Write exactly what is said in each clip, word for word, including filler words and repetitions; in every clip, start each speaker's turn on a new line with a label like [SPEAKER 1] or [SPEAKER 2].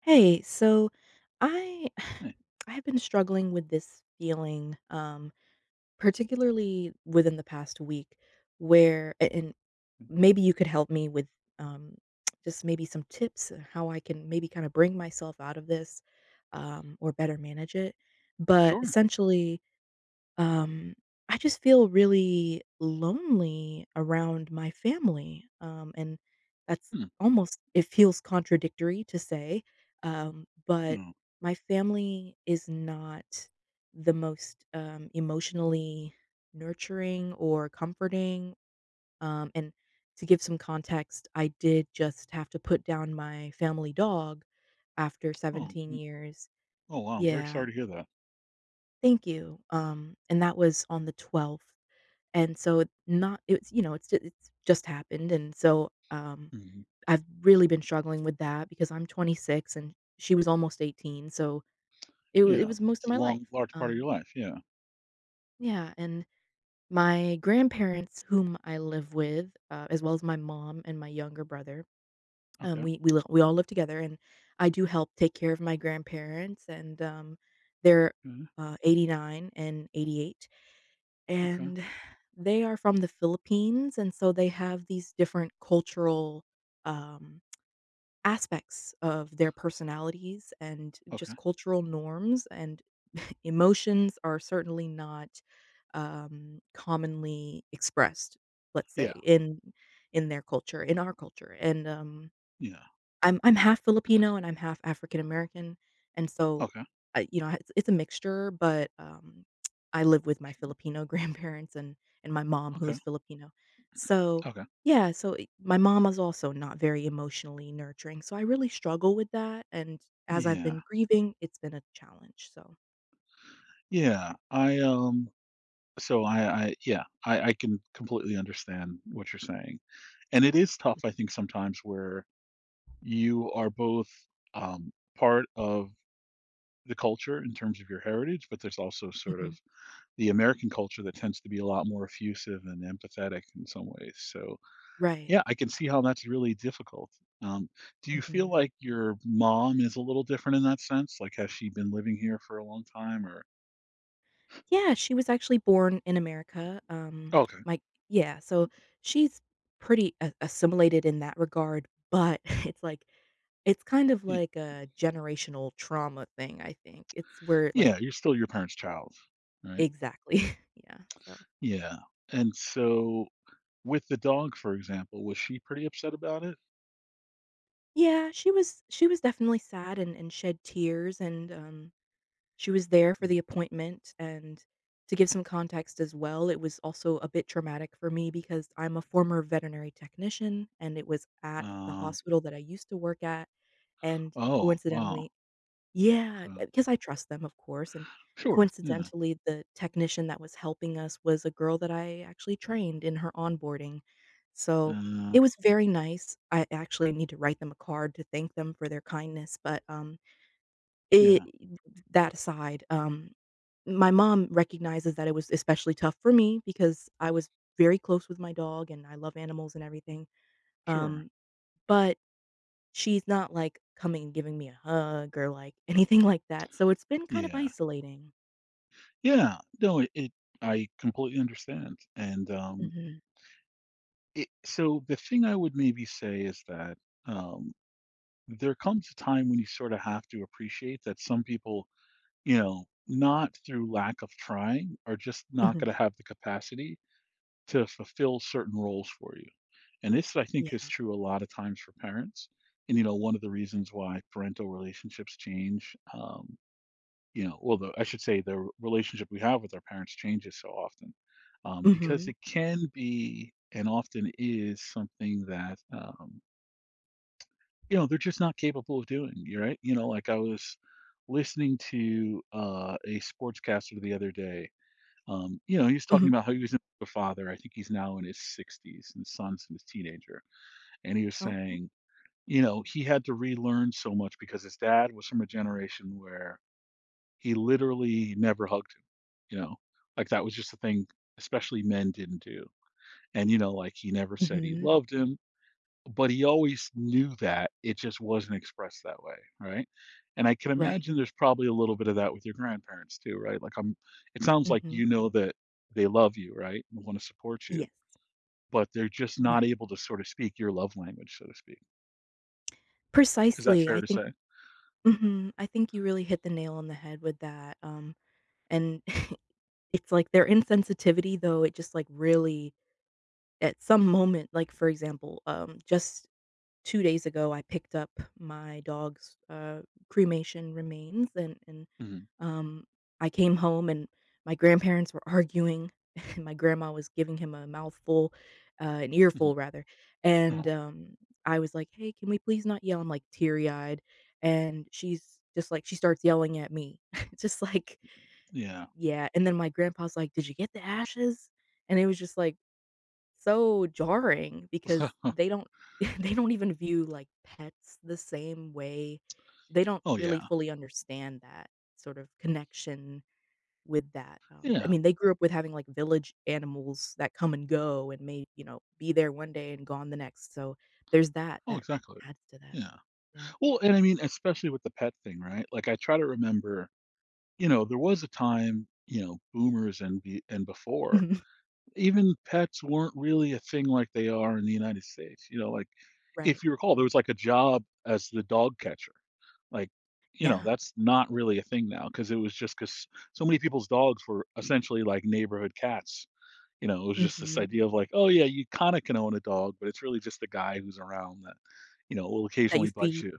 [SPEAKER 1] Hey, so I
[SPEAKER 2] Hey,
[SPEAKER 1] I've been struggling with this feeling, um, particularly within the past week, where a- and maybe you could help me with um, just maybe some tips on how I can maybe kind of bring myself out of this um, or better manage it. But
[SPEAKER 2] sure.
[SPEAKER 1] essentially, um, I just feel really lonely around my family, um, and that's
[SPEAKER 2] Hmm.
[SPEAKER 1] almost it feels contradictory to say, um, but
[SPEAKER 2] Oh,
[SPEAKER 1] my family is not the most, um, emotionally nurturing or comforting, um, and to give some context, I did just have to put down my family dog after
[SPEAKER 2] oh,
[SPEAKER 1] seventeen
[SPEAKER 2] mm.
[SPEAKER 1] years.
[SPEAKER 2] Oh, wow. I'm very
[SPEAKER 1] Yeah.
[SPEAKER 2] sorry to hear that.
[SPEAKER 1] Thank you. Um, and that was on the twelfth. And so not it's, you know, it's ju- it's just happened, and so, um,
[SPEAKER 2] Mhm.
[SPEAKER 1] I've really been struggling with that because I'm twenty-six and she was almost eighteen, so it wa it
[SPEAKER 2] Yeah,
[SPEAKER 1] was most
[SPEAKER 2] it's
[SPEAKER 1] of
[SPEAKER 2] a
[SPEAKER 1] my life.
[SPEAKER 2] long, large part of your
[SPEAKER 1] Um
[SPEAKER 2] life. Yeah.
[SPEAKER 1] yeah, and my grandparents, whom I live with, uh, as well as my mom and my younger brother, um,
[SPEAKER 2] Okay.
[SPEAKER 1] we we li we all live together, and I do help take care of my grandparents, and, um, they're,
[SPEAKER 2] Mhm.
[SPEAKER 1] uh, 89 and 88.
[SPEAKER 2] Okay.
[SPEAKER 1] And they are from the Philippines, and so they have these different cultural, um, aspects of their personalities and
[SPEAKER 2] Okay.
[SPEAKER 1] just cultural norms, and emotions are certainly not, um, commonly expressed, let's say,
[SPEAKER 2] Yeah.
[SPEAKER 1] in in their culture, in our culture, and, um
[SPEAKER 2] Yeah.
[SPEAKER 1] I'm I'm half Filipino and I'm half African American, and so,
[SPEAKER 2] Okay.
[SPEAKER 1] I you know, it's it's a mixture, but, um, I live with my Filipino grandparents and and my mom who
[SPEAKER 2] Okay.
[SPEAKER 1] is Filipino. So,
[SPEAKER 2] Okay.
[SPEAKER 1] yeah, so I my mom is also not very emotionally nurturing, so I really struggle with that, and as I've
[SPEAKER 2] Yeah.
[SPEAKER 1] been grieving, it's been a challenge, so
[SPEAKER 2] Yeah. I um so I I yeah, I I can completely understand what you're saying. And it is tough
[SPEAKER 1] mhm.
[SPEAKER 2] I think sometimes where you are both um part of the culture in terms of your heritage, but there's also sort
[SPEAKER 1] Mhm.
[SPEAKER 2] of the American culture that tends to be a lot more effusive and empathetic in some ways. So,
[SPEAKER 1] Right.
[SPEAKER 2] yeah, I can see how that's really difficult. Um, do you feel
[SPEAKER 1] Mhm.
[SPEAKER 2] like your mom is a little different in that sense? Like, has she been living here for a long time or?
[SPEAKER 1] Yeah, she was actually born in America, um,
[SPEAKER 2] Oh, okay.
[SPEAKER 1] my yeah, so she's pretty a assimilated in that regard, but it's like it's kind of
[SPEAKER 2] Yeah.
[SPEAKER 1] like a generational trauma thing, I think. It's where like
[SPEAKER 2] Yeah. You're still your parents' child, right?
[SPEAKER 1] exactly, yeah, so
[SPEAKER 2] Yeah. And so with the dog, for example, was she pretty upset about it?
[SPEAKER 1] yeah, she was she was definitely sad and and shed tears and, um, she was there for
[SPEAKER 2] Mm.
[SPEAKER 1] the appointment, and to give some context as well, it was also a bit traumatic for me because I'm a former veterinary technician, and it was at the
[SPEAKER 2] Uh,
[SPEAKER 1] hospital that I used to work at, and
[SPEAKER 2] oh, wow.
[SPEAKER 1] coincidentally yeah,
[SPEAKER 2] Okay.
[SPEAKER 1] uh, because I trust them, of course, and
[SPEAKER 2] Sure. Yeah.
[SPEAKER 1] coincidentally, the technician that was helping us was a girl that I actually trained in her onboarding. So,
[SPEAKER 2] Uh,
[SPEAKER 1] it was very nice. I actually need to write them a card to thank them for their kindness, but, um, it
[SPEAKER 2] yeah.
[SPEAKER 1] that aside, um my mom recognizes that it was especially tough for me because I was very close with my dog and I love animals and everything,
[SPEAKER 2] Sure.
[SPEAKER 1] um, but she's not, like, coming and giving me a hug or, like, anything like that, so it's been kind of
[SPEAKER 2] Yeah.
[SPEAKER 1] isolating.
[SPEAKER 2] Yeah, no, it it I completely understand, and, um,
[SPEAKER 1] Mhm,
[SPEAKER 2] it so the thing I would maybe say is that, um, there comes a time when you sorta have to appreciate that some people, you know, not through lack of trying, are just not
[SPEAKER 1] mhm,
[SPEAKER 2] gonna have the capacity to fulfill certain roles for you, and this, I think, is
[SPEAKER 1] yeah.
[SPEAKER 2] true a lot of times for parents, and, you know, one of the reasons why parental relationships change. Um you know, well, the I should say the relationship we have with our parents changes so often, um, because
[SPEAKER 1] Mhm,
[SPEAKER 2] it can be and often is something that um, you know they're just not capable of doing. You're right. You know, like I was listening to uh, a sportscaster the other day. Um, you know, he was talking
[SPEAKER 1] mhm,
[SPEAKER 2] about how he was a father. I think he's now in his sixties, and his son's in his teenager, and he was
[SPEAKER 1] okay.
[SPEAKER 2] saying. You know, he had to relearn so much because his dad was from a generation where he literally never hugged. You know, like that was just a thing, especially men didn't do. And, you know, like he never said he
[SPEAKER 1] Mhm,
[SPEAKER 2] loved him, but he always knew that. It just wasn't expressed that way, right? And I can
[SPEAKER 1] right.
[SPEAKER 2] imagine there's probably a little bit of that with your grandparents too, right? Like I'm It sounds like
[SPEAKER 1] Mhm,
[SPEAKER 2] you know that they love you, right? And want to support you,
[SPEAKER 1] yes,
[SPEAKER 2] but they're just not
[SPEAKER 1] right.
[SPEAKER 2] able to sort of speak your love language, so to speak. Is that
[SPEAKER 1] Precisely, I
[SPEAKER 2] fair to
[SPEAKER 1] think
[SPEAKER 2] say?
[SPEAKER 1] mhm, I think you really hit the nail on the head with that, um, and it's like their insensitivity, though, it just, like, really at some moment, like, for example, um, just two days ago, I picked up my dog's, uh, cremation remains, and and,
[SPEAKER 2] Mhm,
[SPEAKER 1] um, I came home, and my grandparents were arguing, and my grandma was giving him a mouthful, uh, an
[SPEAKER 2] mhm,
[SPEAKER 1] earful rather, and,
[SPEAKER 2] uh-huh,
[SPEAKER 1] um, I was like, "Hey, can we please not yell?" I'm, like, teary-eyed, and she's just like she starts yelling at me, just like
[SPEAKER 2] yeah.
[SPEAKER 1] yeah, and then my grandpa's like, "Did you get the ashes?" And it was just like so jarring because they don't they don't even view like pets the same way. They don't
[SPEAKER 2] Oh,
[SPEAKER 1] really
[SPEAKER 2] yeah.
[SPEAKER 1] fully understand that sort of connection with that. Um, I
[SPEAKER 2] Yeah.
[SPEAKER 1] mean, they grew up with having like village animals that come and go and may, you know, be there one day and gone the next. So there's that
[SPEAKER 2] Oh,
[SPEAKER 1] that
[SPEAKER 2] exactly.
[SPEAKER 1] adds to that.
[SPEAKER 2] Yeah.
[SPEAKER 1] Yeah.
[SPEAKER 2] Well, and I mean, especially with the pet thing, right? Like I try to remember, you know, there was a time, you know, boomers and be, and before,
[SPEAKER 1] Mhm.
[SPEAKER 2] even pets weren't really a thing like they are in the United States. You know, like
[SPEAKER 1] Right.
[SPEAKER 2] if you recall, there was like a job as the dog catcher. Like, you know,
[SPEAKER 1] Yeah.
[SPEAKER 2] that's not really a thing now because it was just because so many people's dogs were essentially like neighborhood cats. You know, it was just this
[SPEAKER 1] Mhm.
[SPEAKER 2] idea of like, oh yeah, you kind of can own a dog, but it's really just the guy who's around that, you know, will
[SPEAKER 1] That you
[SPEAKER 2] occasionally bite
[SPEAKER 1] feed.
[SPEAKER 2] you.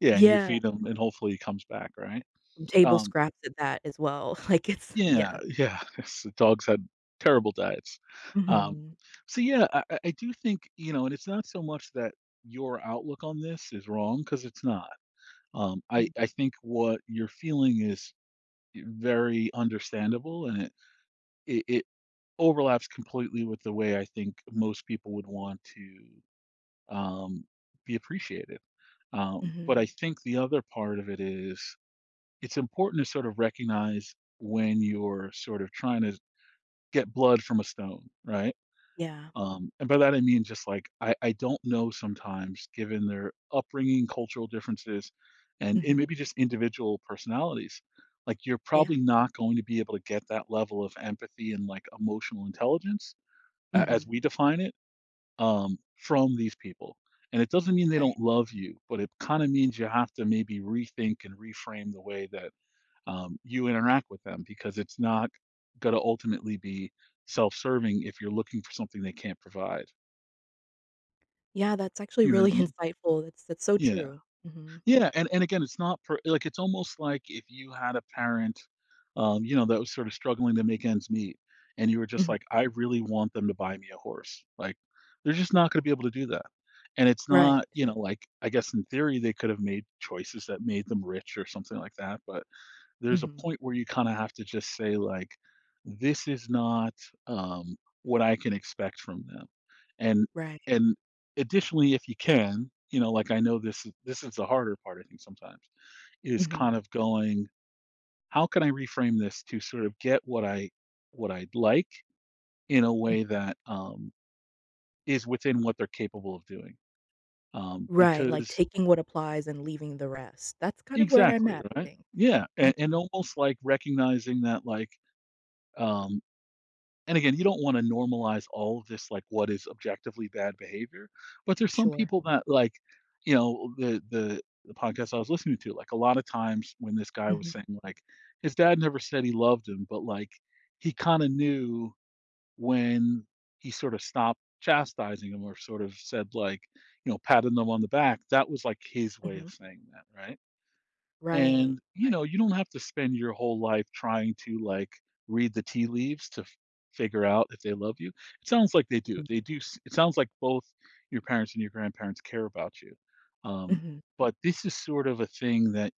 [SPEAKER 2] Yeah, and you
[SPEAKER 1] Yeah.
[SPEAKER 2] feed him, and hopefully he comes back, right?
[SPEAKER 1] From table
[SPEAKER 2] Um,
[SPEAKER 1] scraps at that as well. Like it's
[SPEAKER 2] yeah,
[SPEAKER 1] yeah.
[SPEAKER 2] yeah. So dogs had terrible diets. Um,
[SPEAKER 1] Mhm.
[SPEAKER 2] so yeah, I, I I do think, you know, and it's not so much that your outlook on this is wrong because it's not. Um, I
[SPEAKER 1] Mhm.
[SPEAKER 2] I think what you're feeling is very understandable, and it it, it overlaps completely with the way I think most people would want to um, be appreciated. Um, but
[SPEAKER 1] Mhm.
[SPEAKER 2] I think the other part of it is it's important to sort of recognize when you're sort of trying to get blood from a stone, right?
[SPEAKER 1] Yeah.
[SPEAKER 2] Um, and by that I mean just like I, I don't know sometimes, given their upbringing, cultural differences, and, and
[SPEAKER 1] Mhm.
[SPEAKER 2] maybe just individual personalities, like you're
[SPEAKER 1] Yeah.
[SPEAKER 2] probably not going to be able to get that level of empathy and like emotional intelligence a-
[SPEAKER 1] Mhm.
[SPEAKER 2] as we define it, um, from these people. And it doesn't mean they
[SPEAKER 1] Right.
[SPEAKER 2] don't love you, but it kind of means you have to maybe rethink and reframe the way that um, you interact with them because it's not going to ultimately be self serving if you're looking for something they can't provide.
[SPEAKER 1] Yeah, that's actually
[SPEAKER 2] You know what
[SPEAKER 1] really
[SPEAKER 2] I mean?
[SPEAKER 1] insightful. That's that's so
[SPEAKER 2] Yeah.
[SPEAKER 1] true. Mhm.
[SPEAKER 2] Yeah, and and again, it's not per like, it's almost like if you had a parent, um, you know, that was sort of struggling to make ends meet, and you were just
[SPEAKER 1] Mhm.
[SPEAKER 2] like, "I really want them to buy me a horse." Like, they're just not gonna be able to do that. And it's
[SPEAKER 1] Right.
[SPEAKER 2] not, you know, like, I guess in theory, they could have made choices that made them rich or something like that, but there's a
[SPEAKER 1] Mhm.
[SPEAKER 2] point where you kinda have to just say, like, "This is not, um, what I can expect from them." And
[SPEAKER 1] Right.
[SPEAKER 2] and additionally, if you can, you know, like, I know this is this is the harder part, I think, sometimes, is
[SPEAKER 1] Mhm.
[SPEAKER 2] kind of going, "How can I reframe this to sort of get what I what I'd like in a
[SPEAKER 1] Mm.
[SPEAKER 2] way that, um, is within what they're capable of doing?" Um,
[SPEAKER 1] Right, like
[SPEAKER 2] because
[SPEAKER 1] taking what applies and leaving the rest. That's kind of where I'm
[SPEAKER 2] exactly,
[SPEAKER 1] at, I
[SPEAKER 2] right?
[SPEAKER 1] think.
[SPEAKER 2] Yeah, and and
[SPEAKER 1] Mhm.
[SPEAKER 2] almost, like, recognizing that, like, um And again, you don't wanna normalize all of this, like, what is objectively bad behavior, but there's some
[SPEAKER 1] Sure.
[SPEAKER 2] people that, like, you know, the the the podcast I was listening to, like, a lot of times when this guy was
[SPEAKER 1] Mhm.
[SPEAKER 2] saying, like, his dad never said he loved him, but, like, he kinda knew when he sort of stopped chastising him or sort of said, like, you know, patting them on the back, that was, like, his way
[SPEAKER 1] Mhm.
[SPEAKER 2] of saying that, right?
[SPEAKER 1] Right.
[SPEAKER 2] And, you know,
[SPEAKER 1] Right.
[SPEAKER 2] you don't have to spend your whole life trying to like read the tea leaves to f- figure out if they love you. It sounds like they do.
[SPEAKER 1] Mhm.
[SPEAKER 2] They do. s- It sounds like both your parents and your grandparents care about you. Um,
[SPEAKER 1] Mhm.
[SPEAKER 2] but this is sort of a thing that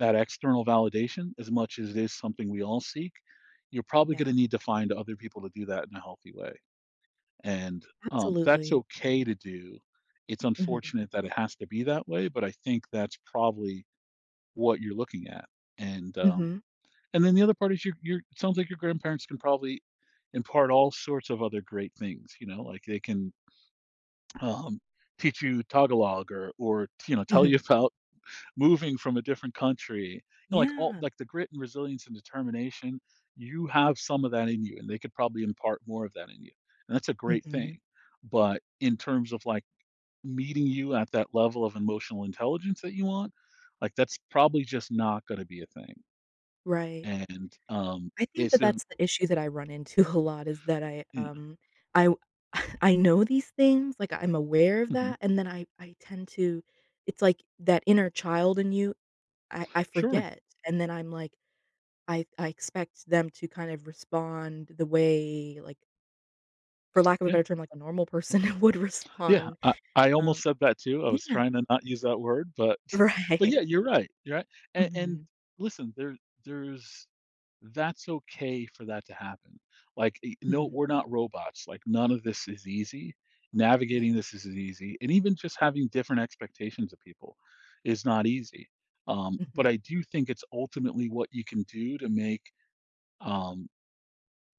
[SPEAKER 2] that external validation, as much as it is something we all seek, you're probably
[SPEAKER 1] Yeah.
[SPEAKER 2] going to need to find other people to do that in a healthy way. And um, that's
[SPEAKER 1] Absolutely.
[SPEAKER 2] okay to do. It's
[SPEAKER 1] Mhm.
[SPEAKER 2] unfortunate that it has to be that way, but I think that's probably what you're looking at. And um,
[SPEAKER 1] Mhm.
[SPEAKER 2] and then the other part is your your it sounds like your grandparents can probably impart all sorts of other great things, you know, like they can um, teach you Tagalog or or you know tell you
[SPEAKER 1] Mhm.
[SPEAKER 2] about moving from a different country. You know, like all
[SPEAKER 1] Yeah.
[SPEAKER 2] like the grit and resilience and determination, you have some of that in you, and they could probably impart more of that in you, and that's a great thing.
[SPEAKER 1] Mhm.
[SPEAKER 2] But in terms of like meeting you at that level of emotional intelligence that you want, like that's probably just not going to be a thing.
[SPEAKER 1] Right.
[SPEAKER 2] And, um,
[SPEAKER 1] I think
[SPEAKER 2] it's
[SPEAKER 1] that
[SPEAKER 2] a
[SPEAKER 1] that's the issue that I run into a lot is that I,
[SPEAKER 2] yeah,
[SPEAKER 1] um, I I know these things, like, I'm aware of
[SPEAKER 2] mhm,
[SPEAKER 1] that, and then I I tend to it's like that inner child in you, I I
[SPEAKER 2] sure,
[SPEAKER 1] forget, and then I'm like, I I expect them to kind of respond the way, like, for lack of a
[SPEAKER 2] yeah,
[SPEAKER 1] better term, like a normal person would
[SPEAKER 2] yeah,
[SPEAKER 1] respond,
[SPEAKER 2] I I
[SPEAKER 1] um
[SPEAKER 2] almost said that too, I was
[SPEAKER 1] yeah,
[SPEAKER 2] trying to not use that word, but but
[SPEAKER 1] right.
[SPEAKER 2] yeah, you're right, you're right, and and
[SPEAKER 1] Mhm,
[SPEAKER 2] listen, there there's that's okay for that to happen, like, eh, no,
[SPEAKER 1] mhm,
[SPEAKER 2] we're not robots, like, none of this is easy,
[SPEAKER 1] yeah,
[SPEAKER 2] navigating this is easy, and even just having different expectations of people is not easy, um, but
[SPEAKER 1] mhm,
[SPEAKER 2] I do think it's ultimately what you can do to make, um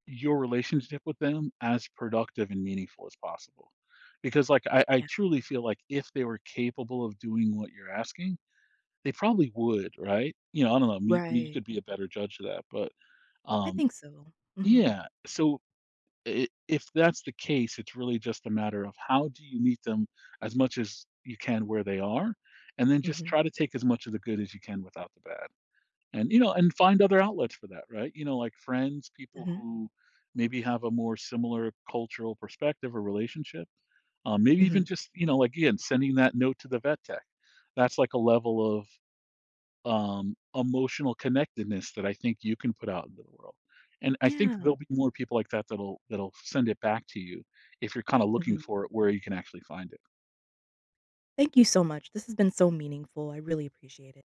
[SPEAKER 2] your relationship with them as productive and meaningful as possible. Because like I, I
[SPEAKER 1] yeah,
[SPEAKER 2] truly feel like if they were capable of doing what you're asking, they probably would, right? You know, I don't know. Me, me you
[SPEAKER 1] right.
[SPEAKER 2] could be a better judge of that, but
[SPEAKER 1] I
[SPEAKER 2] um,
[SPEAKER 1] think so. Mhm,
[SPEAKER 2] yeah. So I if that's the case, it's really just a matter of how do you meet them as much as you can where they are, and then just
[SPEAKER 1] mhm,
[SPEAKER 2] try to take as much of the good as you can without the bad, and you know and find other outlets for that, right? You know, like friends, people
[SPEAKER 1] mhm,
[SPEAKER 2] who maybe have a more similar cultural perspective or relationship. Um, maybe even
[SPEAKER 1] mhm.
[SPEAKER 2] just, you know like, again, sending that note to the vet tech. That's like a level of um, emotional connectedness that I think you can put out into the world, and I think
[SPEAKER 1] Yeah,
[SPEAKER 2] there'll be more people like that that'll that'll send it back to you if you're kind of looking
[SPEAKER 1] mhm.
[SPEAKER 2] for it where you can actually find it.
[SPEAKER 1] Thank you so much. This has been so meaningful. I really appreciate it.